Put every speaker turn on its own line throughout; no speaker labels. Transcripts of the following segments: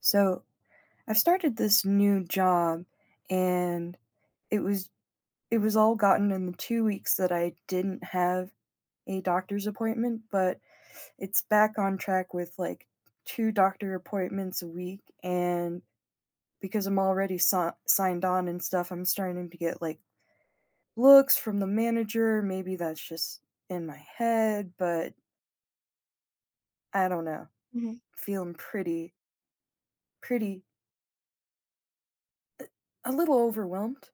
So I've started this new job and it was it was all gotten in the 2 weeks that I didn't have a doctor's appointment, but it's back on track with like two doctor appointments a week. And because I'm already signed on and stuff, I'm starting to get like looks from the manager. Maybe that's just in my head, but I don't know.
Mhm.
Feeling pretty a little overwhelmed.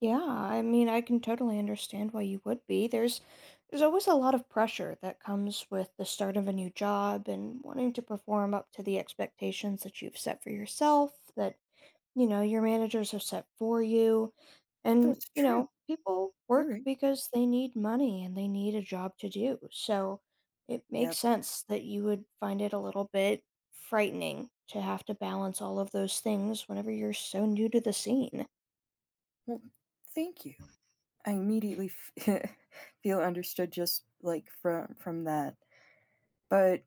Yeah, I mean, I can totally understand why you would be. There's always a lot of pressure that comes with the start of a new job and wanting to perform up to the expectations that you've set for yourself, that, you know, your managers have set for you. And,
That's
you
true.
know, people
You're
work
right.
because they need money and they need a job to do. So it makes
Yep.
sense that you would find it a little bit frightening to have to balance all of those things whenever you're so new to the scene.
Well, thank you. I immediately f- feel understood just like from that. But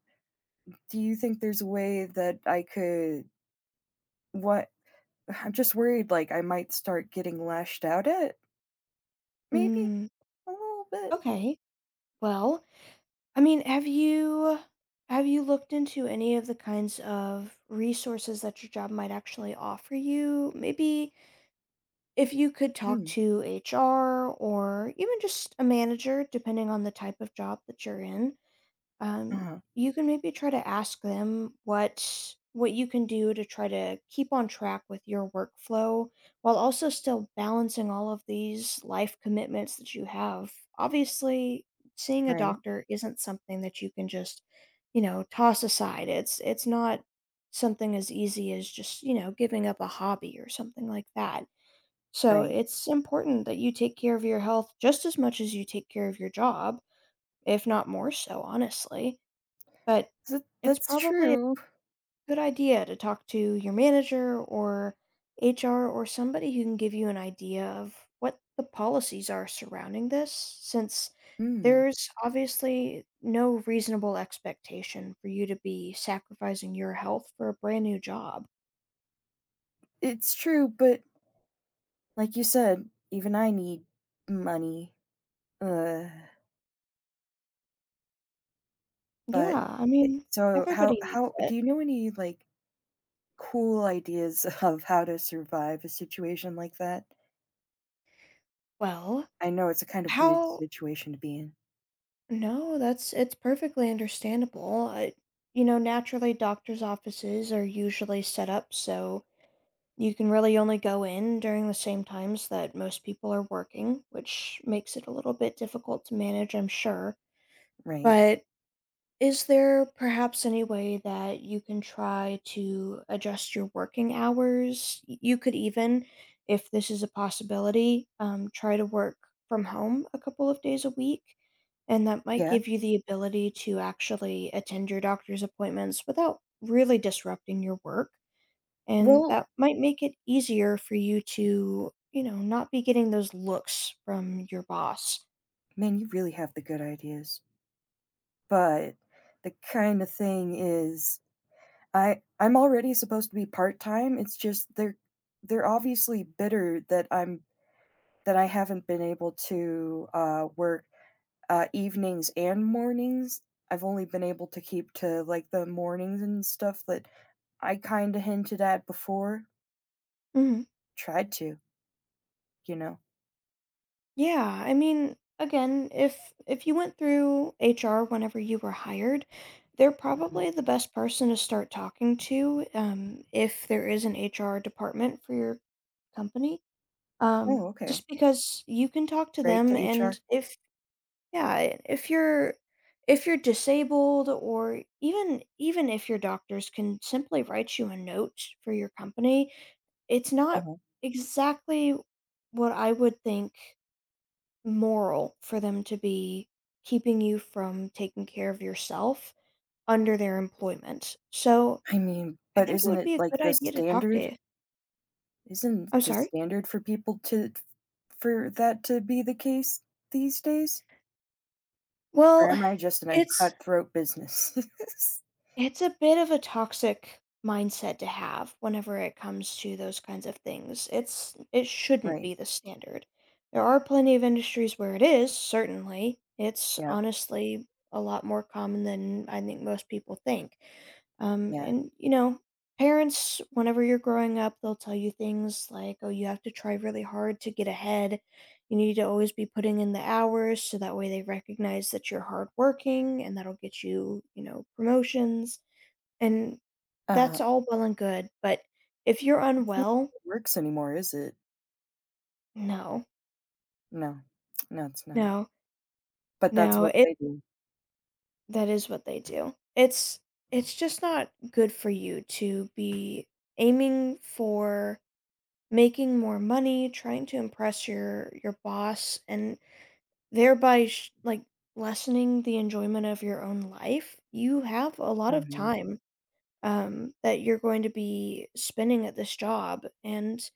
do you think there's a way that I could what I'm just worried like I might start getting lashed out at, maybe
Mm.
a little bit.
Okay. Well, I mean, have you looked into any of the kinds of resources that your job might actually offer you? Maybe if you could talk
Hmm.
to HR or even just a manager, depending on the type of job that you're in, um,
Uh-huh.
you can maybe try to ask them what you can do to try to keep on track with your workflow while also still balancing all of these life commitments that you have. Obviously, seeing a
Right.
doctor isn't something that you can just, you know, toss aside. It's not something as easy as just, you know, giving up a hobby or something like that. So,
Right.
it's important that you take care of your health just as much as you take care of your job, if not more so, honestly, but
So
it's
that's
probably a
true.
good idea to talk to your manager or HR or somebody who can give you an idea of what the policies are surrounding this, since
Hmm.
there's obviously no reasonable expectation for you to be sacrificing your health for a brand new job.
It's true, but like you said, even I need money. Uh, but
Yeah, I
it,
mean,
so how
everybody needs
how
it.
do you know any, like, cool ideas of how to survive a situation like that?
Well,
I know it's a kind of weird
how?
situation to be in.
No, that's it's perfectly understandable. I, you know, naturally, doctors' offices are usually set up so you can really only go in during the same times that most people are working, which makes it a little bit difficult to manage, I'm sure.
Right.
But is there perhaps any way that you can try to adjust your working hours? You could even, if this is a possibility, try to work from home a couple of days a week. And that might
Yeah.
give you the ability to actually attend your doctor's appointments without really disrupting your work. And
Well,
that might make it easier for you to, you know, not be getting those looks from your boss.
man, you really have the good ideas, but the kinda thing is I'm already supposed to be part-time, it's just they're obviously bitter that I'm that I haven't been able to, work evenings and mornings. I've only been able to keep to like the mornings and stuff that I kind of hinted at before.
Mhm.
Tried to, you know.
Yeah, I mean, again, if you went through HR whenever you were hired, they're
Mhm.
probably the best person to start talking to, if there is an HR department for your company.
Oh, okay.
Just because you can talk to
Right
them,
to HR.
and if— yeah, and if you're disabled or even if your doctors can simply write you a note for your company, it's not
Uh-huh.
exactly what I would think moral for them to be keeping you from taking care of yourself under their employment. So,
I mean,
I
but
think it
isn't
would
it
be a
like
good
the
idea to talk to
standard?
you. I'm
Isn't the
sorry?
standard for people to for that to be the case these days? Or
Well,
am I just in a
it's
cutthroat business?
it's a bit of a toxic mindset to have whenever it comes to those kinds of things. It shouldn't
Right.
be the standard. There are plenty of industries where it is, certainly. It's
Yep.
honestly a lot more common than I think most people think.
Yeah.
And you know, parents, whenever you're growing up, they'll tell you things like, "Oh, you have to try really hard to get ahead. You need to always be putting in the hours, so that way they recognize that you're hardworking, and that'll get you, you know, promotions." And
Uh,
that's all well and good, but if you're
it's not
unwell,
how it works anymore, is it?
no,
No. No, it's not.
no,
But that's
no,
what
it—
they do.
that is what they do. It's just not good for you to be aiming for making more money, trying to impress your boss, and thereby lessening the enjoyment of your own life. You have a lot of
Mhm.
time, that you're going to be spending at this job, and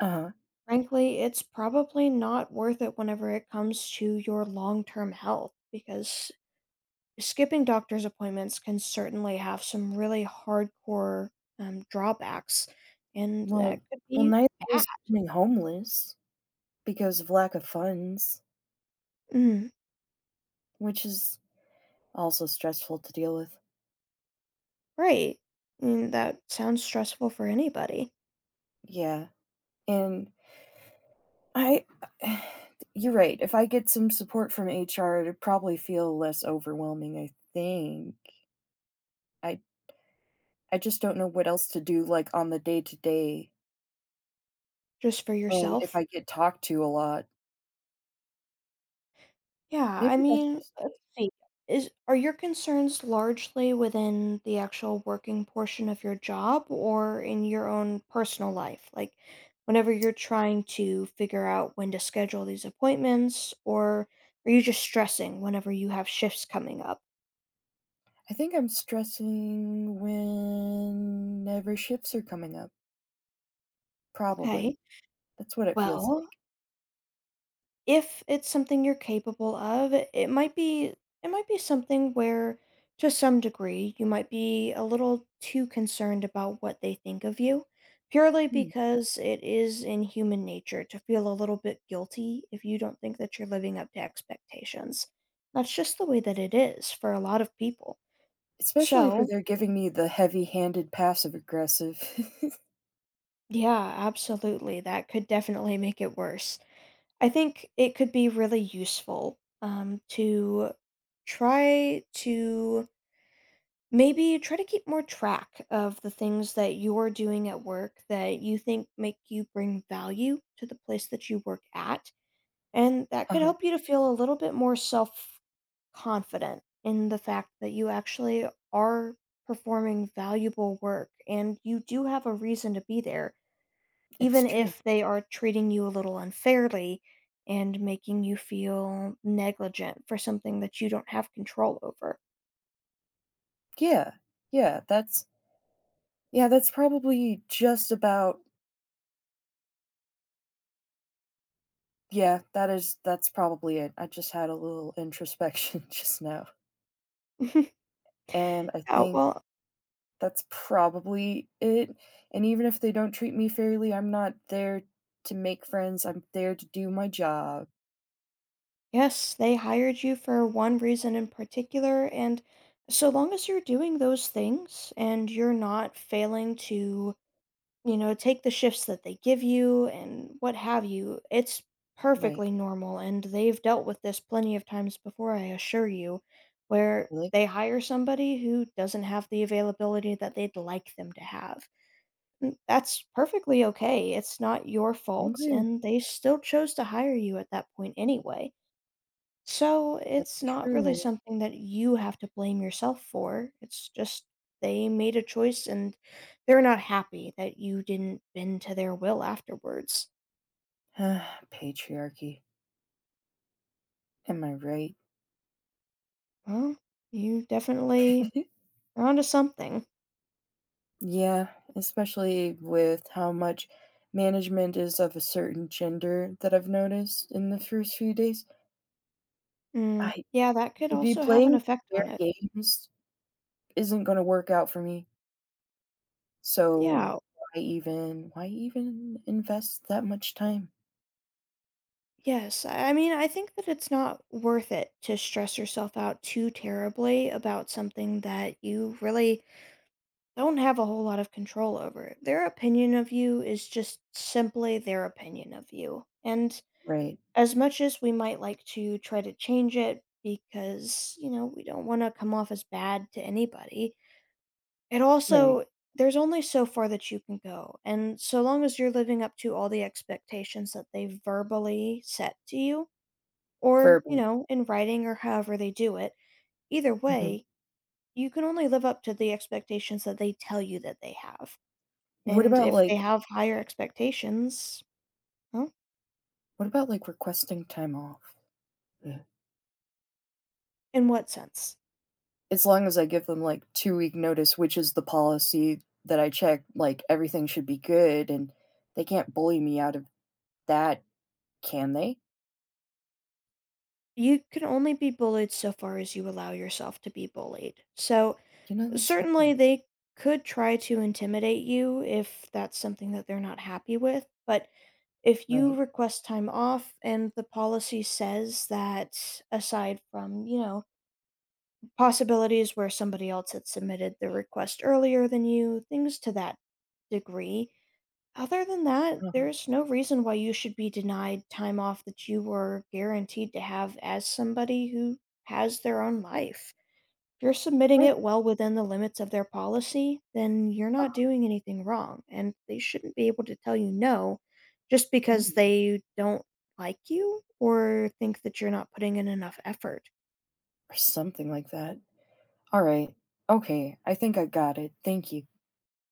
Uh-huh.
frankly, it's probably not worth it whenever it comes to your long term health because skipping doctor's appointments can certainly have some really hardcore drawbacks, and that
Well
could
well,
be
neither
bad.
is becoming homeless because of lack of funds,
Mm,
which is also stressful to deal with.
right. Mm, that sounds stressful for anybody,
Yeah, and I you're right, if I get some support from HR, it'd probably feel less overwhelming, I think. I I just don't know what else to do, like, on the day to day,
just for
and if
yourself.
I get talked to a lot.
Yeah, I
Maybe that's
mean,
just
let's
me.
see. Is Are your concerns largely within the actual working portion of your job or in your own personal life? Like whenever you're trying to figure out when to schedule these appointments, or are you just stressing whenever you have shifts coming up?
I think I'm stressing whenever shifts are coming up.
Okay.
Probably. That's what it feels
Well,
like.
if it's something you're capable of, it might be something where, to some degree, you might be a little too concerned about what they think of you, purely
Hmm.
because it is in human nature to feel a little bit guilty if you don't think that you're living up to expectations. That's just the way that it is for a lot of people.
Especially if
So,
they're giving me the heavy-handed passive aggressive.
yeah, absolutely, that could definitely make it worse. I think it could be really useful, to try to maybe try to keep more track of the things that you're doing at work that you think make you bring value to the place that you work at, and that could
Uh-huh.
help you to feel a little bit more self-confident in the fact that you actually are performing valuable work and you do have a reason to be there
It's
even
true.
if they are treating you a little unfairly and making you feel negligent for something that you don't have control over.
Yeah. Yeah, that's yeah, that's probably just about yeah, that is that's probably it. I just had a little introspection just now, and I
Oh,
think
well,
that's probably it, and even if they don't treat me fairly, I'm not there to make friends, I'm there to do my job.
yes, they hired you for one reason in particular, and so long as you're doing those things and you're not failing to, you know, take the shifts that they give you and what have you. It's
Right.
perfectly normal, and they've dealt with this plenty of times before, I assure you, where
Really?
they hire somebody who doesn't have the availability that they'd like them to have. That's perfectly okay. It's not your fault,
Okay,
and they still chose to hire you at that point anyway. So
that's
it's not really
true.
something that you have to blame yourself for. It's just they made a choice and they're not happy that you didn't bend to their will afterwards.
Patriarchy. Am I right?
Well, you definitely are onto something.
Yeah, especially with how much management is of a certain gender that I've noticed in the first few days.
Mm,
I
yeah, that could
To be
also have an
playing
effect
their
on it.
games isn't gonna work out for me. So
Yeah,
why even invest that much time?
yes. I mean, I think that it's not worth it to stress yourself out too terribly about something that you really don't have a whole lot of control over it. Their opinion of you is just simply their opinion of you. And
Right,
as much as we might like to try to change it because, you know, we don't want to come off as bad to anybody, it
right.
also, there's only so far that you can go. And so long as you're living up to all the expectations that they verbally set to you, or, you
Verbally.
know, in writing or however they do it, either
Mhm.
way, you can only live up to the expectations that they tell you that they have.
What
And
about
if they
like
have higher expectations— huh?
what about like requesting time off?
In what sense?
As long as I give them like 2 week notice, which is the policy that I check, like everything should be good and they can't bully me out of that, can they?
You can only be bullied so far as you allow yourself to be bullied. So,
You know, that's a good
certainly
point.
they could try to intimidate you if that's something that they're not happy with, but if you
Right.
request time off and the policy says that aside from, you know, possibilities where somebody else had submitted the request earlier than you, things to that degree, other than that,
Uh-huh.
there's no reason why you should be denied time off that you were guaranteed to have as somebody who has their own life. If you're submitting
Right.
it well within the limits of their policy, then you're not
Uh-huh.
doing anything wrong, and they shouldn't be able to tell you no just because
Mm.
they don't like you or think that you're not putting in enough effort.
Or something like that. All right. Okay. I think I got it. Thank you.